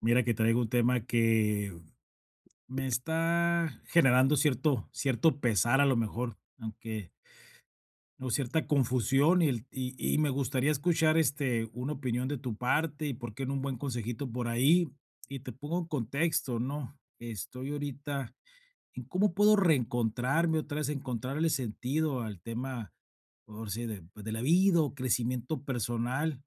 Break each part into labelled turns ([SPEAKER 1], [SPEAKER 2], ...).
[SPEAKER 1] Mira que traigo un tema que me está generando cierto pesar a lo mejor, aunque o cierta confusión y me gustaría escuchar una opinión de tu parte y por qué no un buen consejito por ahí. Y te pongo en contexto, ¿no? Estoy ahorita en cómo puedo reencontrarme otra vez, encontrarle sentido al tema, por si de, pues, de la vida o crecimiento personal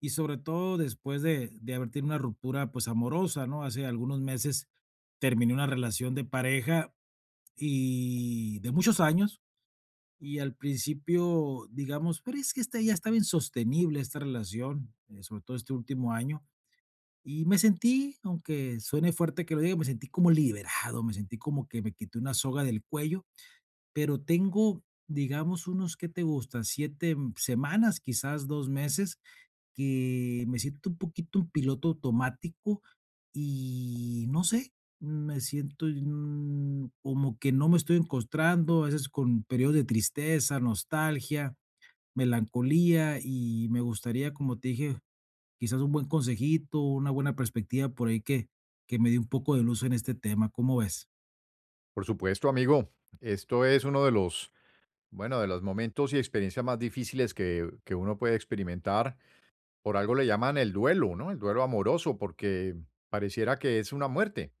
[SPEAKER 1] y sobre todo después de haber tenido una ruptura pues amorosa, ¿no? Hace algunos meses terminé una relación de pareja y de muchos años y al principio, digamos, pero es que esta ya estaba insostenible esta relación, sobre todo este último año y me sentí, aunque suene fuerte que lo diga, me sentí como liberado, me sentí como que me quité una soga del cuello, pero tengo, digamos, unos qué te gusta, siete semanas, quizás dos meses que me siento un poquito un piloto automático y no sé, me siento como que no me estoy encontrando, a veces con periodos de tristeza, nostalgia, melancolía y me gustaría, como te dije, quizás un buen consejito, una buena perspectiva por ahí que me dé un poco de luz en este tema. ¿Cómo ves?
[SPEAKER 2] Por supuesto, amigo. Esto es uno de los, bueno, de los momentos y experiencias más difíciles que uno puede experimentar. Por algo le llaman el duelo, ¿no? El duelo amoroso, porque pareciera que es una muerte.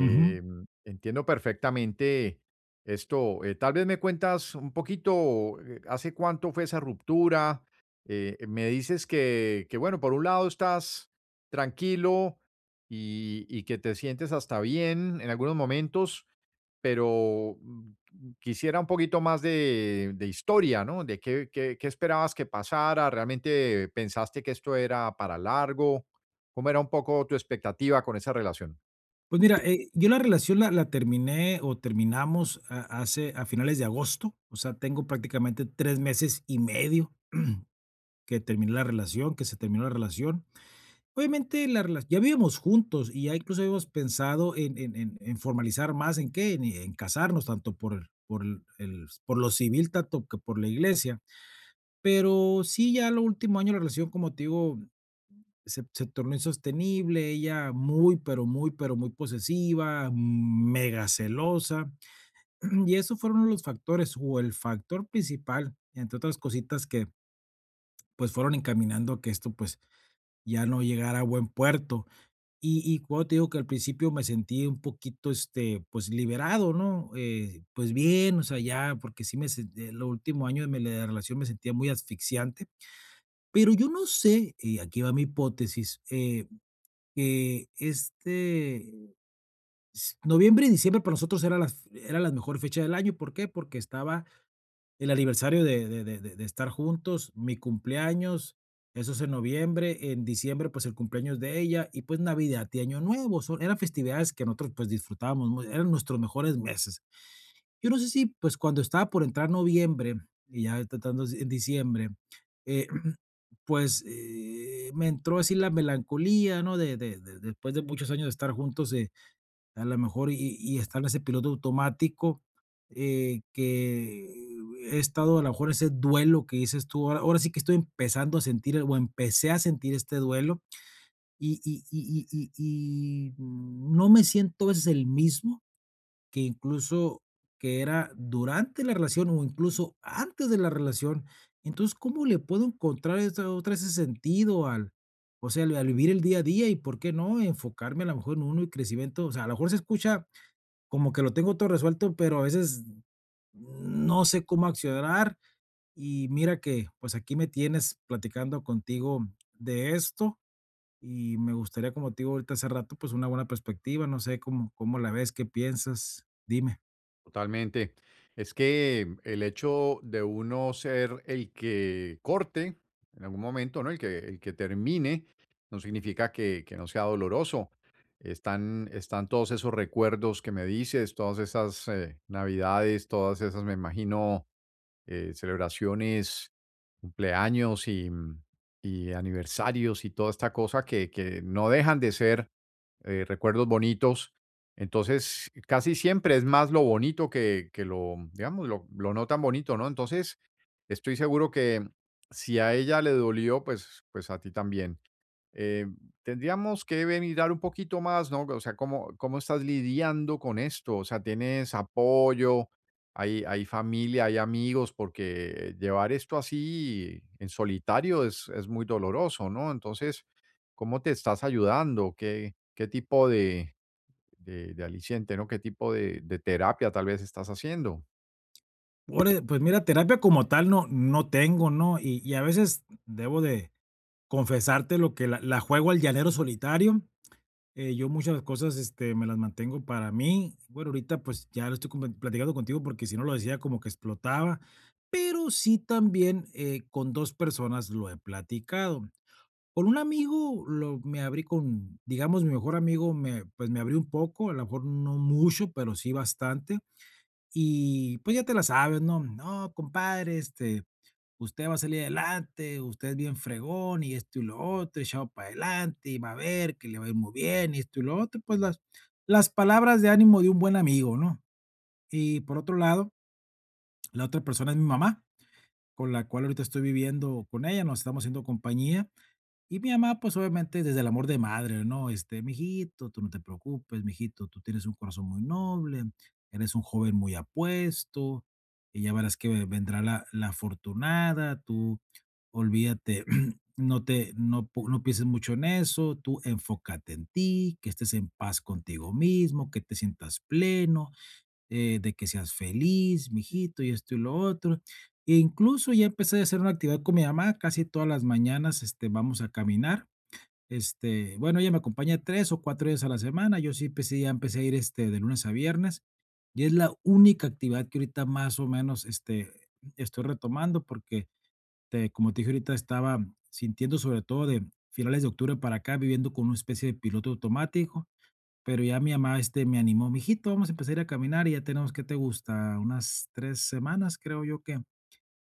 [SPEAKER 1] Ujú.
[SPEAKER 2] Entiendo perfectamente esto. Tal vez me cuentas un poquito, ¿hace cuánto fue esa ruptura? Me dices bueno, por un lado estás tranquilo y que te sientes hasta bien en algunos momentos pero quisiera un poquito más de historia, ¿no? De qué, qué esperabas que pasara, ¿realmente pensaste que esto era para largo? ¿Cómo era un poco tu expectativa con esa relación?
[SPEAKER 1] Pues mira, yo la relación la terminé o terminamos hace a finales de agosto, o sea, tengo prácticamente tres meses y medio que terminó la relación, que se terminó la relación. Obviamente, la rela ya vivíamos juntos y ya incluso habíamos pensado en formalizar más, ¿en qué? En casarnos, tanto por el por lo civil, tanto que por la iglesia. Pero sí, ya lo último año la relación, como te digo, se tornó insostenible, ella muy, pero muy, pero muy posesiva, mega celosa, y esos fueron los factores, o el factor principal, entre otras cositas que, pues, fueron encaminando a que esto, pues, ya no llegar a buen puerto. Y cuando te digo que al principio me sentí un poquito, pues, liberado, ¿no? Pues bien, o sea, ya, porque sí me sen el último año de mi la relación me sentía muy asfixiante, pero yo no sé, y aquí va mi hipótesis, que este s noviembre y diciembre para nosotros era las era la mejor fecha del año, ¿por qué? Porque estaba el aniversario de estar juntos, mi cumpleaños, eso es en noviembre, en diciembre, pues, el cumpleaños de ella y, pues, Navidad y Año Nuevo, son eran festividades que nosotros, pues, disfrutábamos muy eran nuestros mejores meses. Yo no sé si, pues, cuando estaba por entrar noviembre y ya tratando en diciembre, eh, pues, me entró así la melancolía, ¿no? De después de muchos años de estar juntos, a lo mejor y estar en ese piloto automático, que he estado a lo mejor ese duelo que dices tú, ahora sí que estoy empezando a sentir o empecé a sentir este duelo y no me siento a veces el mismo que incluso que era durante la relación o incluso antes de la relación. Entonces, ¿cómo le puedo encontrar esa otra ese sentido al o sea, al vivir el día a día y por qué no enfocarme a lo mejor en uno y crecimiento? O sea, a lo mejor se escucha como que lo tengo todo resuelto, pero a veces no sé cómo accionar. Y mira que, pues aquí me tienes platicando contigo de esto y me gustaría, como te digo ahorita hace rato, pues una buena perspectiva, no sé cómo, cómo la ves, qué piensas, dime.
[SPEAKER 2] Totalmente. Es que el hecho de uno ser el que corte en algún momento, ¿no? El que termine, no significa que no sea doloroso. Están todos esos recuerdos que me dices, todas esas navidades, todas esas, me imagino, celebraciones, cumpleaños y, y aniversarios y toda esta cosa que no dejan de ser recuerdos bonitos. Entonces, casi siempre es más lo bonito que lo, digamos, lo no tan bonito, ¿no? Entonces, estoy seguro que si a ella le dolió, pues, pues a ti también. Eh, Tendríamos que mirar un poquito más, ¿no? O sea, ¿cómo, cómo estás lidiando con esto? O sea, ¿tienes apoyo? ¿Hay, hay familia? ¿Hay amigos? Porque llevar esto así en solitario es muy doloroso, ¿no? Entonces, ¿cómo te estás ayudando? ¿Qué, qué tipo de aliciente, ¿no? ¿Qué tipo de terapia tal vez estás haciendo?
[SPEAKER 1] Pues mira, terapia como tal no, no tengo, ¿no? Y a veces debo de confesarte lo que la juego al llanero solitario. Yo muchas cosas, me las mantengo para mí. Bueno, ahorita pues ya lo estoy platicando contigo porque si no lo decía como que explotaba, pero sí también con dos personas lo he platicado. Con un amigo lo, me abrí con, digamos, mi mejor amigo me, pues me abrí un poco, a lo mejor no mucho, pero sí bastante. Y pues ya te la sabes, ¿no? No, compadre, usted va a salir adelante, usted es bien fregón y esto y lo otro, echado para adelante y va a ver que le va a ir muy bien y esto y lo otro, pues las palabras de ánimo de un buen amigo, ¿no? Y por otro lado, la otra persona es mi mamá, con la cual ahorita estoy viviendo con ella, nos estamos haciendo compañía y mi mamá, pues, obviamente, desde el amor de madre, ¿no? Este: "Mijito, tú no te preocupes, mijito, tú tienes un corazón muy noble, eres un joven muy apuesto, y ya verás que vendrá la afortunada, tú olvídate, no te no po no pienses mucho en eso, tú enfócate en ti, que estés en paz contigo mismo, que te sientas pleno", de que seas feliz, mijito, y esto y lo otro. E incluso ya empecé a hacer una actividad con mi mamá, casi todas las mañanas, vamos a caminar. Bueno, ella me acompaña tres o cuatro días a la semana. Yo sí empecé, ya empecé a ir de lunes a viernes. Y es la única actividad que ahorita más o menos estoy retomando porque, como te dije ahorita, estaba sintiendo sobre todo de finales de octubre para acá, viviendo con una especie de piloto automático pero ya mi mamá, me animó: "Mijito, vamos a empezar a ir a caminar", y ya tenemos, ¿qué te gusta? Unas 3 semanas, creo yo,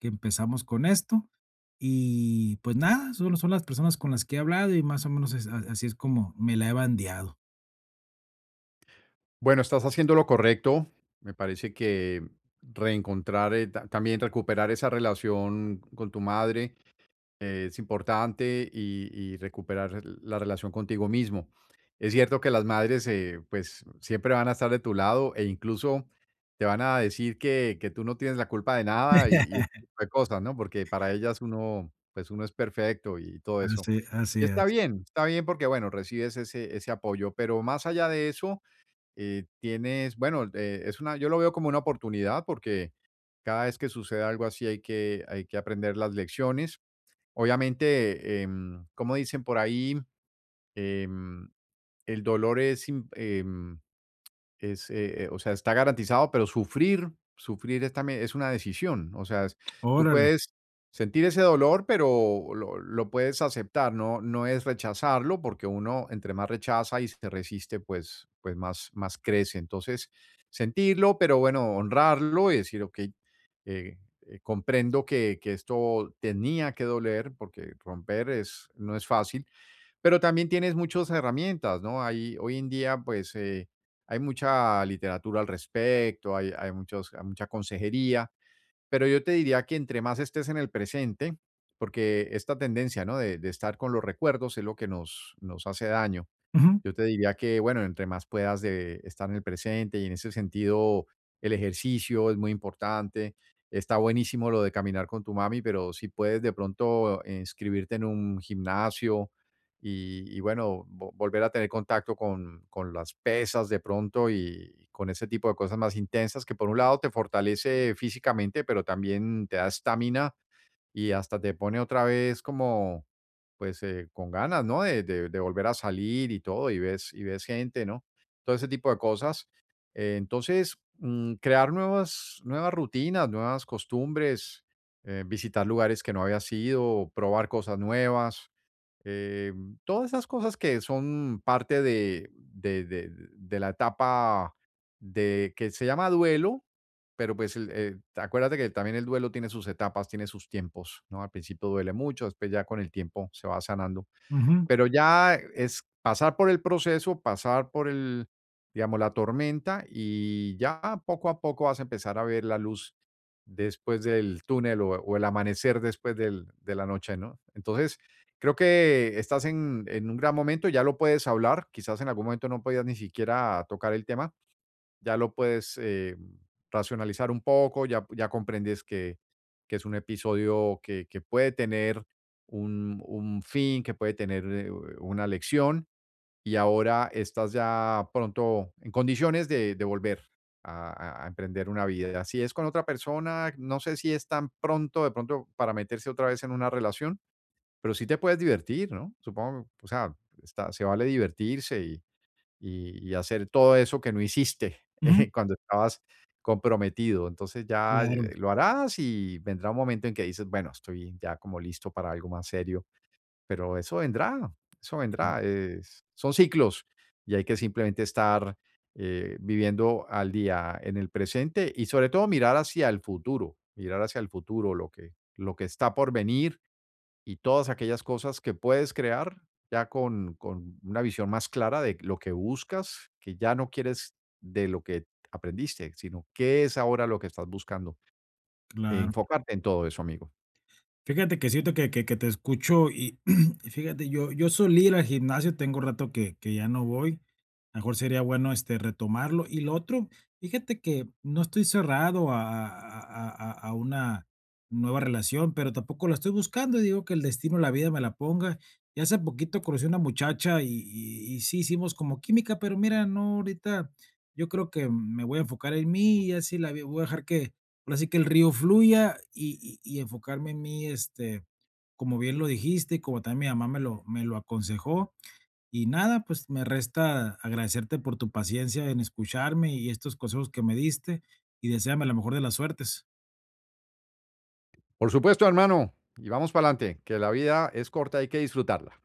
[SPEAKER 1] que empezamos con esto. Y, pues, nada, solo son las personas con las que he hablado y más o menos es a así es como me la he bandeado.
[SPEAKER 2] Bueno, estás haciendo lo correcto. Me parece que reencontrar, también recuperar esa relación con tu madre es importante y recuperar la relación contigo mismo. Es cierto que las madres, pues, siempre van a estar de tu lado e incluso te van a decir que tú no tienes la culpa de nada y ese tipo de cosas, ¿no? Porque para ellas uno, pues, uno es perfecto y todo eso.
[SPEAKER 1] Así
[SPEAKER 2] Y
[SPEAKER 1] así es.
[SPEAKER 2] está bien porque, bueno, recibes ese apoyo, pero más allá de eso, tienes, bueno, es una yo lo veo como una oportunidad porque cada vez que sucede algo así hay que aprender las lecciones. Obviamente, como dicen por ahí, em, el dolor es in es, o sea, está garantizado, pero sufrir es también es una decisión. O sea, es tú
[SPEAKER 1] Órale.
[SPEAKER 2] puedes sentir ese dolor, pero lo puedes aceptar, no es rechazarlo, porque uno entre más rechaza y se resiste, pues más crece. Entonces, sentirlo, pero bueno, honrarlo y decir: "Okey, comprendo que esto tenía que doler", porque romper es no es fácil, pero también tienes muchas herramientas, ¿no? Hay Hoy en día, pues, hay mucha literatura al respecto, hay muchos hay mucha consejería, pero yo te diría que entre más estés en el presente, porque esta tendencia, ¿no?, de estar con los recuerdos es lo que nos hace daño.
[SPEAKER 1] Ujú,
[SPEAKER 2] Yo te diría que, bueno, entre más puedas de estar en el presente y en ese sentido el ejercicio es muy importante. Está buenísimo lo de caminar con tu mami, pero si puedes de pronto inscribirte en un gimnasio y bueno, volver a tener contacto con las pesas de pronto y con ese tipo de cosas más intensas que por un lado te fortalece físicamente, pero también te da estamina y hasta te pone otra vez como, pues, con ganas, ¿no? De, de volver a salir y todo, y ves gente, ¿no? Todo ese tipo de cosas. Entonces, crear nuevas, nuevas rutinas, nuevas costumbres, visitar lugares que no había sido, probar cosas nuevas. Todas esas cosas que son parte de la etapa de que se llama duelo, pero, pues, el acuérdate que también el duelo tiene sus etapas, tiene sus tiempos, ¿no? Al principio duele mucho, después ya con el tiempo se va sanando.
[SPEAKER 1] ujú,
[SPEAKER 2] Pero ya es pasar por el proceso, pasar por el, digamos, la tormenta y ya poco a poco vas a empezar a ver la luz después del túnel o el amanecer después del de la noche, ¿no? Entonces, creo que estás en un gran momento, ya lo puedes hablar, quizás en algún momento no podías ni siquiera tocar el tema, ya lo puedes racionalizar un poco, ya, ya comprendes que es un episodio que puede tener un fin, que puede tener una lección y ahora estás ya pronto en condiciones de volver a, a emprender una vida. Si es con otra persona, no sé si es tan pronto de pronto para meterse otra vez en una relación, pero sí te puedes divertir, ¿no? Supongo, o sea, está, se vale divertirse y hacer todo eso que no hiciste,
[SPEAKER 1] ujú.
[SPEAKER 2] cuando estabas comprometido. Entonces ya,
[SPEAKER 1] Claro,
[SPEAKER 2] lo harás y vendrá un momento en que dices: "Bueno, estoy ya como listo para algo más serio", pero eso
[SPEAKER 1] cla
[SPEAKER 2] vendrá, es son ciclos y hay que simplemente estar, viviendo al día en el presente y sobre todo mirar hacia el futuro, mirar hacia el futuro, lo que está por venir y todas aquellas cosas que puedes crear ya con una visión más clara de lo que buscas, que ya no quieres de lo que aprendiste, sino qué es ahora lo que estás buscando.
[SPEAKER 1] claro.
[SPEAKER 2] Enfocarte en todo eso, amigo.
[SPEAKER 1] Fíjate que siento que que te escucho y y fíjate, yo solía ir al gimnasio, tengo rato que ya no voy, a lo mejor sería bueno, retomarlo. Y lo otro, fíjate que no estoy cerrado a una nueva relación, pero tampoco la estoy buscando, digo que el destino, la vida me la ponga. Y hace poquito conocí una muchacha y sí hicimos como química, pero mira, no, ahorita yo creo que me voy a enfocar en mí y así la vi voy a dejar que ahora sí que el río fluya y enfocarme en mí, como bien lo dijiste, como también mi mamá me lo aconsejó. Y nada, pues me resta agradecerte por tu paciencia en escucharme y estos consejos que me diste, y deséame la mejor de las suertes.
[SPEAKER 2] Por supuesto, hermano. Y vamos para adelante, que la vida es corta, hay que disfrutarla.